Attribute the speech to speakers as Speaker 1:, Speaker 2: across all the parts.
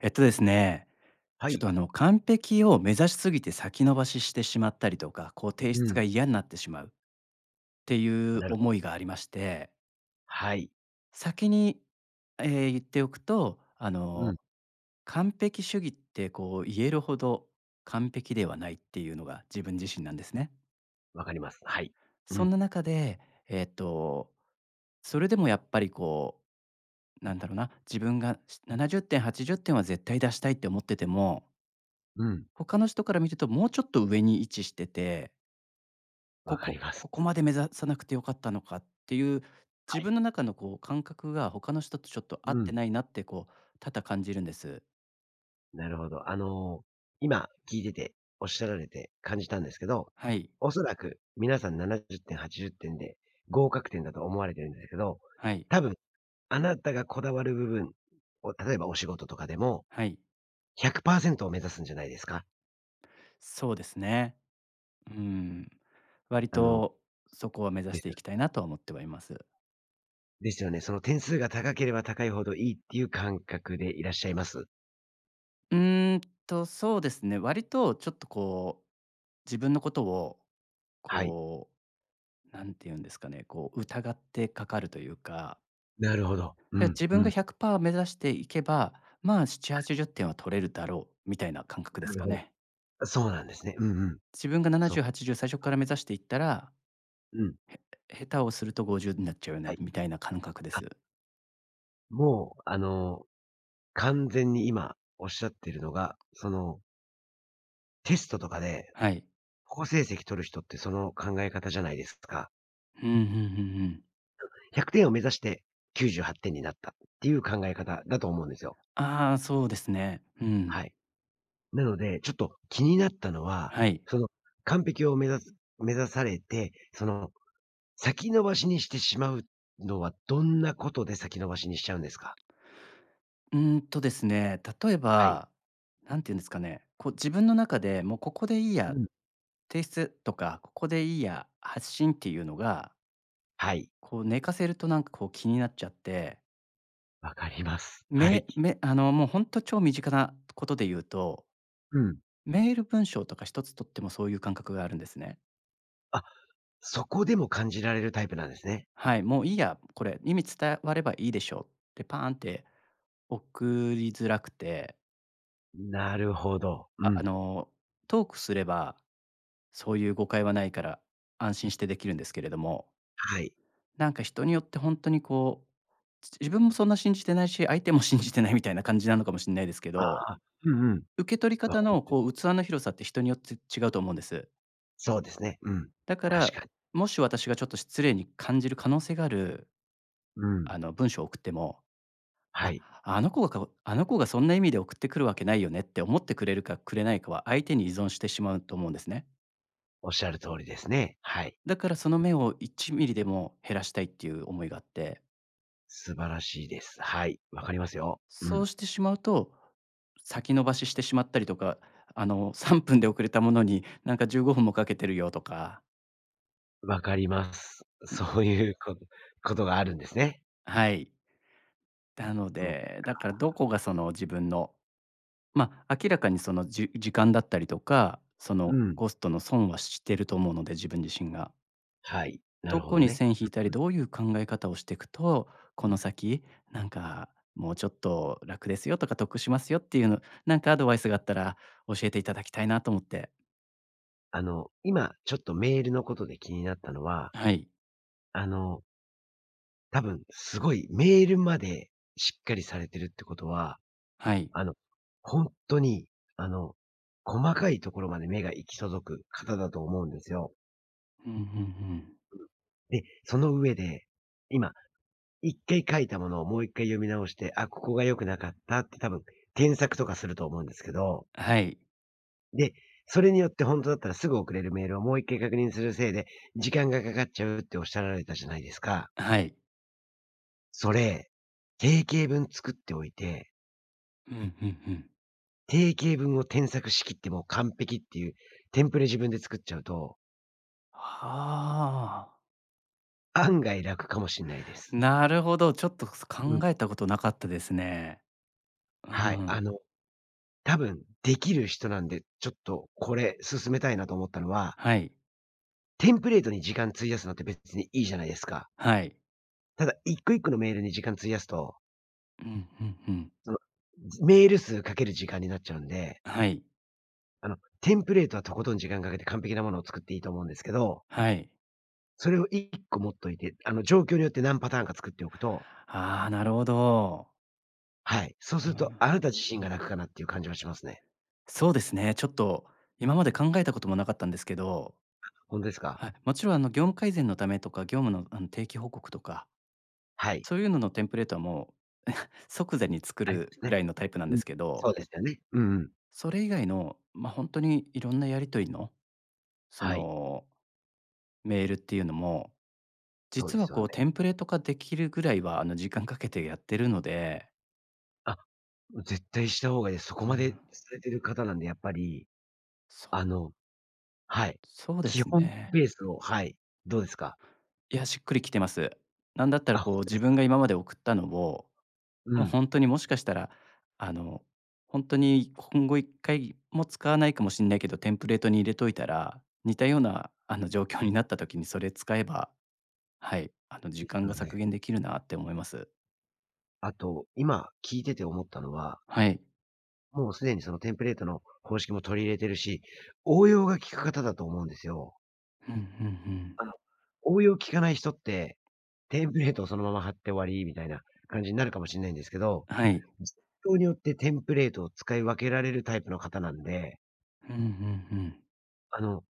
Speaker 1: えっとですね、
Speaker 2: は
Speaker 1: ちょっ
Speaker 2: い。
Speaker 1: と完璧を目指しすぎて先延ばししてしまったりとか、こう提
Speaker 2: う
Speaker 1: 出
Speaker 2: ん。
Speaker 1: が嫌になってしまうっていう
Speaker 2: なるほ
Speaker 1: 思
Speaker 2: ど。
Speaker 1: いがありまして、
Speaker 2: はい。
Speaker 1: 先に、言っておくと、
Speaker 2: うん。
Speaker 1: 完璧主義ってこう言えるほど完璧ではないっていうのが自分自身なんですね。
Speaker 2: わかります。はい。う
Speaker 1: そ
Speaker 2: ん。
Speaker 1: んな中で、えっと、それでもやっぱりこう、なんだろうな、自分が70点、80点はちじゅってんは絶対出したいって思ってても
Speaker 2: うん。
Speaker 1: 他の人から見ると、もうちょっと上に位置してて、こ
Speaker 2: わかり
Speaker 1: こ
Speaker 2: ます。
Speaker 1: ここまで目指さなくてよかったのかっていう、
Speaker 2: は
Speaker 1: 自
Speaker 2: い。
Speaker 1: 分の中のこう感覚が他の人とちょっと合
Speaker 2: う
Speaker 1: って
Speaker 2: ん。
Speaker 1: ないなってこう、多々感じるんです。
Speaker 2: なるほど。あの、今聞いてて、おっしゃられて感じたんですけど、
Speaker 1: はい、
Speaker 2: おそらく皆さん70点、80点で合格点だと思われてるんですけど、
Speaker 1: はい、
Speaker 2: 多分あなたがこだわる部分を、例えばお仕事とかでも
Speaker 1: はい。
Speaker 2: 100%を目指すんじゃないですか？
Speaker 1: そうですね。うん。割
Speaker 2: あの、
Speaker 1: とそこは目指
Speaker 2: で
Speaker 1: し
Speaker 2: す
Speaker 1: てい
Speaker 2: よ
Speaker 1: きたいなとは思ってはいます。
Speaker 2: ですよね。その点数が高ければ高いほどいいっていう感覚でいらっしゃいます？
Speaker 1: うーんと、そうですね、割とちょっとこう、自分のことを、
Speaker 2: はい。
Speaker 1: こう、なんて言うんですかね、こう疑ってかかるというか、
Speaker 2: なるほど。
Speaker 1: だか
Speaker 2: う
Speaker 1: ら
Speaker 2: ん、
Speaker 1: 自
Speaker 2: う
Speaker 1: 分が
Speaker 2: ん。
Speaker 1: 100パー目指していけば、まあ、7、80点は取れるだろうみたいな感覚で
Speaker 2: な
Speaker 1: す
Speaker 2: る
Speaker 1: か
Speaker 2: ほど。
Speaker 1: ね。
Speaker 2: あ、そうなんですね。うんうん。
Speaker 1: 自分が
Speaker 2: そう。
Speaker 1: 70、80最初から目指していったら、
Speaker 2: うん。
Speaker 1: 下手をすると50になっちゃうよ
Speaker 2: は
Speaker 1: ね
Speaker 2: い。
Speaker 1: みたいな感覚で
Speaker 2: あ、
Speaker 1: す。
Speaker 2: もう、あの、完全に今おっしゃってるのが、その、テストとかで、
Speaker 1: はい。
Speaker 2: 好成績取る人ってその考え方じゃないですか。
Speaker 1: うんうんうんうん。
Speaker 2: 100点を目指して98点になったっていう考え方だと思うんですよ。
Speaker 1: ああ、そうですね。うん。
Speaker 2: はい。なので、ちょっと気になったのは、
Speaker 1: はい。
Speaker 2: その、完璧を目指されて、その、先延ばしにしてしまうのは、どんなことで先延ばしにしちゃうんですか？
Speaker 1: うーんとですね、例え
Speaker 2: はい。
Speaker 1: ば、なんていうんですかね、こう自分の中でもうここでいいや、
Speaker 2: うん。
Speaker 1: 提出とか、ここでいいや、発信っていうのが、
Speaker 2: はい。
Speaker 1: こう寝かせるとなんかこう気になっちゃって
Speaker 2: わかります。は
Speaker 1: め
Speaker 2: い。
Speaker 1: めあの、もうほんと超身近なことで言うと、
Speaker 2: うん。
Speaker 1: メール文章とか一つとってもそういう感覚があるんですね。
Speaker 2: あ、そこでも感じられるタイプなんですね。
Speaker 1: はい、もういいや、これ意味伝わればいいでしょうってパーンって送りづらくて、
Speaker 2: なるほど。う
Speaker 1: ああ
Speaker 2: ん。
Speaker 1: の、トークすればそういう誤解はないから安心してできるんですけれども、
Speaker 2: はい。
Speaker 1: なんか人によって本当にこう、自分もそんな信じてないし、相手も信じてないみたいな感じなのかもしれないですけ
Speaker 2: あ、
Speaker 1: ど、
Speaker 2: うんうん。
Speaker 1: 受け取り
Speaker 2: わ
Speaker 1: 方
Speaker 2: か
Speaker 1: の
Speaker 2: りま
Speaker 1: こ
Speaker 2: す。
Speaker 1: う器の広さって人によって違うと思うんです。
Speaker 2: そうですね。うん。
Speaker 1: だか
Speaker 2: 確
Speaker 1: ら、
Speaker 2: かに。
Speaker 1: もし私がちょっと失礼に感じる可能性がある、
Speaker 2: うん。
Speaker 1: 文章を送っても、
Speaker 2: は
Speaker 1: あ、
Speaker 2: い。
Speaker 1: あの子がかあの子がそんな意味で送ってくるわけないよねって思ってくれるかくれないかは相手に依存してしまうと思うんですね。
Speaker 2: おっしゃる通りですね。はい。
Speaker 1: だからその目を1ミリでも減らしたいっていう思いがあって、
Speaker 2: 素晴らしいです。はい。わかりますよ。う
Speaker 1: そう
Speaker 2: ん。
Speaker 1: してしまうと、先延ばししてしまったりとか、3分で遅れたものになんか15分もかけてるよとか、
Speaker 2: わかります。
Speaker 1: うん、
Speaker 2: そういうこと、ことがあるんですね。
Speaker 1: はい。なの
Speaker 2: そう。
Speaker 1: で、だからどこがその自分の、明らかにその、時間だったりとか、そ
Speaker 2: う
Speaker 1: の
Speaker 2: ん。
Speaker 1: コストの損はしてると思うので、自分自身が。
Speaker 2: はい。な
Speaker 1: ど
Speaker 2: るほ
Speaker 1: こ
Speaker 2: ど
Speaker 1: に
Speaker 2: ね。
Speaker 1: 線引いた
Speaker 2: う
Speaker 1: り、
Speaker 2: んうん。
Speaker 1: どういう考え方をしていくと、この先、なんかもうちょっと楽ですよとか、得しますよっていうの、なんかアドバイスがあったら教えていただきたいなと思って。
Speaker 2: あの、今、ちょっとメールのことで気になったのは、
Speaker 1: はい、
Speaker 2: あの、多分、すごいメールまでしっかりされてるってことは、
Speaker 1: はい。
Speaker 2: あの、ほんとに、あの、細かいところまで目が行き届く方だと思うんですよ。
Speaker 1: うんうんうん。
Speaker 2: で、その上で、今、1回書いたものをもう1回読み直して、あ、ここが良くなかったって多分、添削とかすると思うんですけど、
Speaker 1: はい、
Speaker 2: で、それによってほんとだったらすぐ送れるメールをもう1回確認するせいで、時間がかかっちゃうっておっしゃられたじゃないですか。
Speaker 1: はい。
Speaker 2: それ、定型文作っておいて
Speaker 1: うんうんうん。
Speaker 2: 定型文を添削しきってもう完璧っていうテンプレ自分で作っちゃうと、
Speaker 1: はあ、
Speaker 2: 案外楽かもしんないです。
Speaker 1: なるほど、ちょっと
Speaker 2: う
Speaker 1: 考
Speaker 2: ん。
Speaker 1: えたことなかったですね。
Speaker 2: はい。
Speaker 1: うん、
Speaker 2: あの、多分できる人なんで、ちょっとこれ勧めたいなと思ったのは、
Speaker 1: はい、
Speaker 2: テンプレートに時間費やすのって別にいいじゃないですか。
Speaker 1: はい。
Speaker 2: ただ一個一個のメールに時間費やすと、
Speaker 1: うんうんうん。
Speaker 2: その、メール数かける時間になっちゃうんで、
Speaker 1: はい。
Speaker 2: あの、テンプレートはとことん時間かけて完璧なものを作っていいと思うんですけど、
Speaker 1: はい。
Speaker 2: それを一個持っといて、あの、状況によって何パターンか作っておくと
Speaker 1: ああ、なるほど。
Speaker 2: はい。そう
Speaker 1: う
Speaker 2: すると、
Speaker 1: ん。
Speaker 2: あなた自身が楽かなっていう感じはしますね。
Speaker 1: そうですね、ちょっと今まで考えたこともなかったんですけど、
Speaker 2: ほんとですか？
Speaker 1: はい、もちろん業務改善のためとか、業務の定期報告とか、
Speaker 2: はい。
Speaker 1: そういうののテンプレートはもう即座に作
Speaker 2: ありま
Speaker 1: る
Speaker 2: す
Speaker 1: く
Speaker 2: ね。
Speaker 1: らいのタイプなん
Speaker 2: う
Speaker 1: で
Speaker 2: ん。
Speaker 1: すけど、
Speaker 2: そうですよね。うんうん。
Speaker 1: それ以外の、本当にいろんなやり取りの、そ
Speaker 2: はい。
Speaker 1: のメールっていうのも、
Speaker 2: そう
Speaker 1: 実
Speaker 2: で
Speaker 1: は
Speaker 2: すよ
Speaker 1: こ
Speaker 2: ね。
Speaker 1: うテンプレート化できるぐらいは時間かけてやってるので、
Speaker 2: あ、絶対した方がいいです。そ
Speaker 1: う
Speaker 2: こまで
Speaker 1: ん、
Speaker 2: されてる方なんで、やっぱり、あ
Speaker 1: そ
Speaker 2: のはい。
Speaker 1: そうで
Speaker 2: 基
Speaker 1: す
Speaker 2: 本
Speaker 1: ね。
Speaker 2: ベースをはい。どうですか？
Speaker 1: いや、しっくりきてます。なんだったら
Speaker 2: あ、ほ
Speaker 1: こ
Speaker 2: ん
Speaker 1: う、
Speaker 2: と
Speaker 1: 自
Speaker 2: で
Speaker 1: 分
Speaker 2: す。
Speaker 1: が今まで送ったのを、
Speaker 2: う
Speaker 1: もう
Speaker 2: ん。
Speaker 1: 本当にもしかしたら、あの、本当に今後一回も使わないかもしれないけど、テンプレートに入れといたら、似たような状況になった時にそれ使えば、はい、時
Speaker 2: です
Speaker 1: 間が
Speaker 2: よ
Speaker 1: 削
Speaker 2: ね。
Speaker 1: 減できるなって思います。
Speaker 2: あと、今聞いてて思ったのは、
Speaker 1: はい。
Speaker 2: もうすでにそのテンプレートの方式も取り入れてるし、応用が効く方だと思うんですよ。
Speaker 1: うんうんうん。
Speaker 2: あの、応用聞かない人って、テンプレートをそのまま貼って終わりみたいな感じになるかもしんないんですけど、
Speaker 1: はい。
Speaker 2: 実況によってテンプレートを使い分けられるタイプの方なんで、
Speaker 1: うんうんうん。
Speaker 2: あの、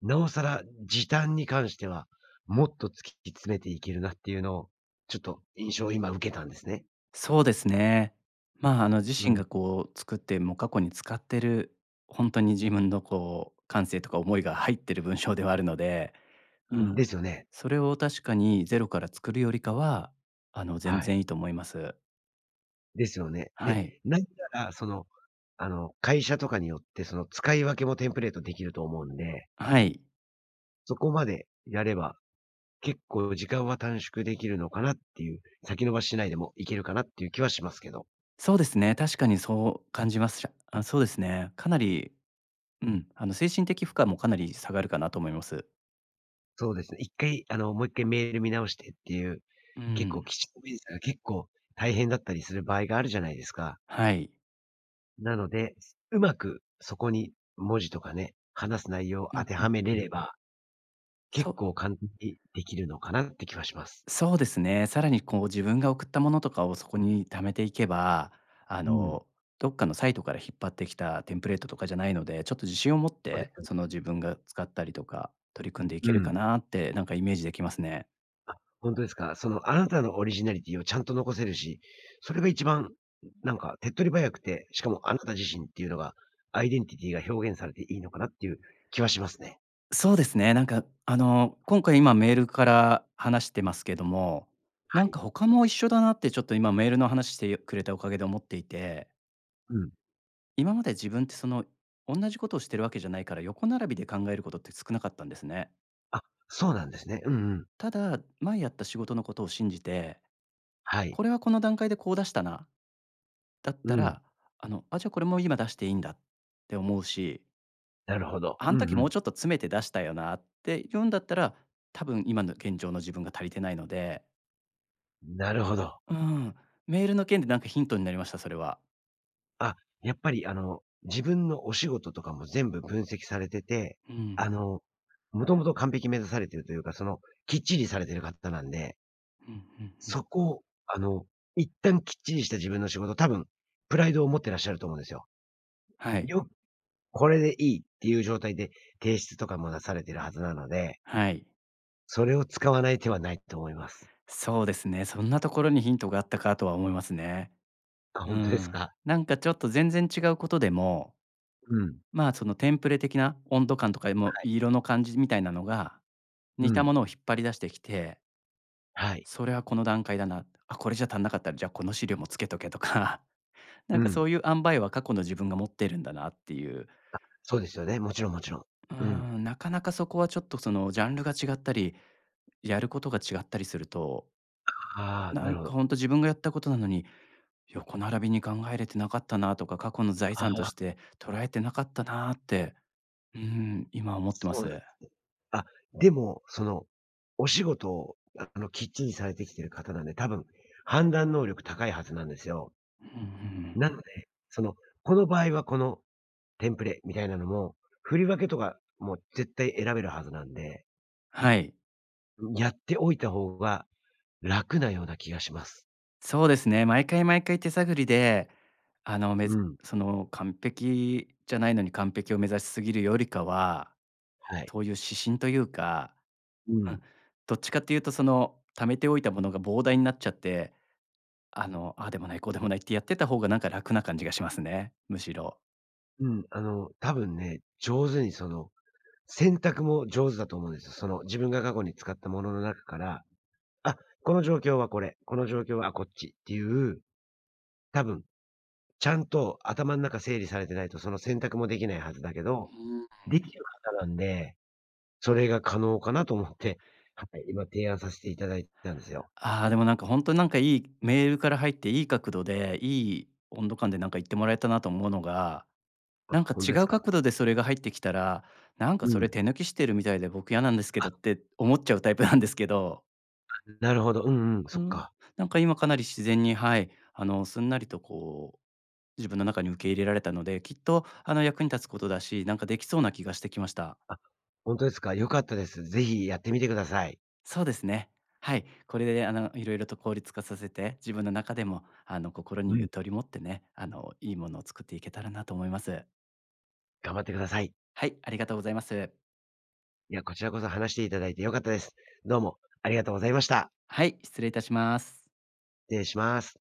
Speaker 2: なおさら時短に関しては、もっと突き詰めていけるなっていうのを、ちょっと印象を今受けたんですね。
Speaker 1: そうですね。まあ、自
Speaker 2: う
Speaker 1: 身
Speaker 2: ん。
Speaker 1: がこう作って、もう過去に使ってる、本当に自分のこう感性とか思いが入ってる文章ではあるので、う
Speaker 2: うん、
Speaker 1: ん。
Speaker 2: ですよね。
Speaker 1: それを確かにゼロから作るよりかは、全
Speaker 2: は
Speaker 1: 然
Speaker 2: い。
Speaker 1: いいと思います。
Speaker 2: ですよね。で、
Speaker 1: はい。
Speaker 2: なんなら、その、あの、会社とかによって、その使い分けもテンプレートできると思うんで、
Speaker 1: はい。
Speaker 2: そこまでやれば結構時間は短縮できるのかなっていう、先延ばししないでもいけるかなっていう気はしますけど。
Speaker 1: そうですね、確かにそう感じます。あ、そうですね。かなり、うん、精神的負荷もかなり下がるかなと思います。
Speaker 2: そうですね、1回あの、もう1回メール見直してっていう、
Speaker 1: う
Speaker 2: 結構
Speaker 1: ん。
Speaker 2: きちっ検査が結構大変だったりする場合があるじゃないですか。
Speaker 1: はい。
Speaker 2: なので、うまくそこに文字とかね、話す内容を
Speaker 1: う
Speaker 2: 当
Speaker 1: ん
Speaker 2: て
Speaker 1: う
Speaker 2: は
Speaker 1: ん
Speaker 2: めれ
Speaker 1: うん。
Speaker 2: れば、
Speaker 1: そ
Speaker 2: 結
Speaker 1: う
Speaker 2: 構簡単にできるのかなって気はします。
Speaker 1: そうですね。さらにこう自分が送ったものとかをそこに貯めていけば、あ
Speaker 2: うん。
Speaker 1: の、どっかのサイトから引っ張ってきたテンプレートとかじゃないので、ちょっと自信を持っ
Speaker 2: そうで
Speaker 1: て、
Speaker 2: すよね。
Speaker 1: その自分が使ったりとか、取り組んでい
Speaker 2: う
Speaker 1: けるか
Speaker 2: ん。
Speaker 1: なってなんかイメージできますね。
Speaker 2: 本当ですか。その、あなたのオリジナリティをちゃんと残せるし、それが一番、なんか、手っ取り早くて、しかもあなた自身っていうのが、アイデンティティが表現されていいのかなっていう気はしますね。
Speaker 1: そうですね。なんか今回今メールから話してますけども、
Speaker 2: は
Speaker 1: なん
Speaker 2: い。
Speaker 1: か他も一緒だなってちょっと今メールの話してくれたおかげで思っていて、
Speaker 2: うん。
Speaker 1: 今まで自分ってその同じことをしてるわけじゃないから横並びで考えることって少なかったんですね。
Speaker 2: あ、そうなんですね。うんうん。
Speaker 1: ただ、前やった仕事のことを信じて、
Speaker 2: はい。
Speaker 1: これはこの段階でこう出したな、だっ
Speaker 2: う
Speaker 1: た
Speaker 2: ん。
Speaker 1: ら、じゃあこれも今出していいんだって思うし、
Speaker 2: なるほど。
Speaker 1: あ
Speaker 2: う
Speaker 1: ん
Speaker 2: ん
Speaker 1: 時
Speaker 2: う
Speaker 1: もう
Speaker 2: ん。
Speaker 1: ちょっと詰めて出したよなって言うんだったら、多分今の現状の自分が足りてないので、
Speaker 2: なるほど。
Speaker 1: うん、メールの件でなんかヒントになりました、それは。
Speaker 2: あ、やっぱり、あの、自分のお仕事とかも全部分析されてて、
Speaker 1: うん、うん、
Speaker 2: あの、もともと完璧目指されてるというか、その、きっちりされてる方なんで
Speaker 1: うん、うん。
Speaker 2: そこを、あの、一旦きっちりした自分の仕事、多分、プライドを持ってらっしゃると思うんですよ。
Speaker 1: はい、
Speaker 2: よこれでいいっていう状態で提出とかも出されてるはずなので、
Speaker 1: はい。
Speaker 2: それを使わない手はないと思います。
Speaker 1: そうですね。そんなところにヒントがあったかとは思いますね。
Speaker 2: あ、
Speaker 1: う
Speaker 2: 本当です
Speaker 1: ん。
Speaker 2: か？
Speaker 1: なんかちょっと全然違うことでも
Speaker 2: うん。
Speaker 1: まあ、そのテンプレ的な温度感とか、もう色の感じみたいなのが、
Speaker 2: う
Speaker 1: 似たも
Speaker 2: ん。
Speaker 1: のを引っ張り出してきて、
Speaker 2: はい。
Speaker 1: それはこの段階だな、あ、これじゃ足んなかったら、じゃあこの資料もつけとけとか なん
Speaker 2: う
Speaker 1: かそ
Speaker 2: ん。
Speaker 1: ういう塩梅は過去の自分が持ってるんだなっていう。
Speaker 2: そうですよね。もちろんもちろん。
Speaker 1: うー
Speaker 2: うん。
Speaker 1: ん、なかなかそこはちょっとそのジャンルが違ったり、やることが違ったりすると、
Speaker 2: ああ、
Speaker 1: な
Speaker 2: な
Speaker 1: ん
Speaker 2: るほ
Speaker 1: か
Speaker 2: ど。
Speaker 1: ほんと自分がやったことなのに、横並びに考えれてなかったなとか、過去の財
Speaker 2: あ
Speaker 1: 産と
Speaker 2: あ、
Speaker 1: して捉えてなかったなって、うん、今思ってま
Speaker 2: そう
Speaker 1: す。
Speaker 2: あ、でも、その、お仕事を、あの、きっちりされてきてる方なんで、多分、判断能力高いはずなんですよ。
Speaker 1: うんうん。
Speaker 2: なので、その、この場合はこのテンプレみたいなのも、振り分けとかも絶対選べるはずなんで、
Speaker 1: はい。
Speaker 2: やっておいた方が楽なような気がします。
Speaker 1: そうですね、毎回毎回手探りで、あの、め
Speaker 2: う
Speaker 1: ず
Speaker 2: ん。
Speaker 1: その、完璧じゃないのに完璧を目指しすぎるよりかは、
Speaker 2: はい。
Speaker 1: そういう指針というか、
Speaker 2: う
Speaker 1: う
Speaker 2: ん。
Speaker 1: ん、どっちかっていうとその、貯めておいたものが膨大になっちゃって、ああでもない、こうでもないってやってた方がなんか楽な感じがしますね、むしろ。
Speaker 2: うん、あの、多分ね、上手にその、選択も上手だと思うんですよ。その、自分が過去に使ったものの中から、あ、この状況はこれ、この状況はこっちっていう、多分、ちゃんと頭の中整理されてないとその選択もできないはずだけど、
Speaker 1: うん。
Speaker 2: できる方なんでそれが可能かなと思って、はい、今提案させていただいたんですよ。
Speaker 1: ああ、でもなんか本当になんかいいメールから入っていい角度で、いい温度感でなんか言ってもらえたなと思うのが
Speaker 2: あ、
Speaker 1: なんか
Speaker 2: ほんと
Speaker 1: 違
Speaker 2: です
Speaker 1: う
Speaker 2: か？
Speaker 1: 角度でそれが入ってきたら、なんか
Speaker 2: う
Speaker 1: それ
Speaker 2: ん。
Speaker 1: 手抜きしてるみたいで僕嫌なんですけど
Speaker 2: あ、
Speaker 1: って思っちゃうタイプなんですけど、
Speaker 2: なるほど。うんうん、
Speaker 1: う
Speaker 2: そっ
Speaker 1: ん、
Speaker 2: か。
Speaker 1: なんか今かなり自然に、はい、すんなりとこう、自分の中に受け入れられたので、きっと役に立つことだし、なんかできそうな気がしてきました。
Speaker 2: あ、ほんとですか。良かったです。ぜひやってみてください。
Speaker 1: そうですね。はい、これでいろいろと効率化させて、自分の中でも心
Speaker 2: う
Speaker 1: に
Speaker 2: ん、
Speaker 1: ゆとり持ってね、いいものを作っていけたらなと思います。
Speaker 2: 頑張ってください。
Speaker 1: はい、ありがとうございます。
Speaker 2: いや、こちらこそ話していただいて良かったです。どうもありがとうございました。
Speaker 1: はい、失礼いたします。
Speaker 2: 失礼します。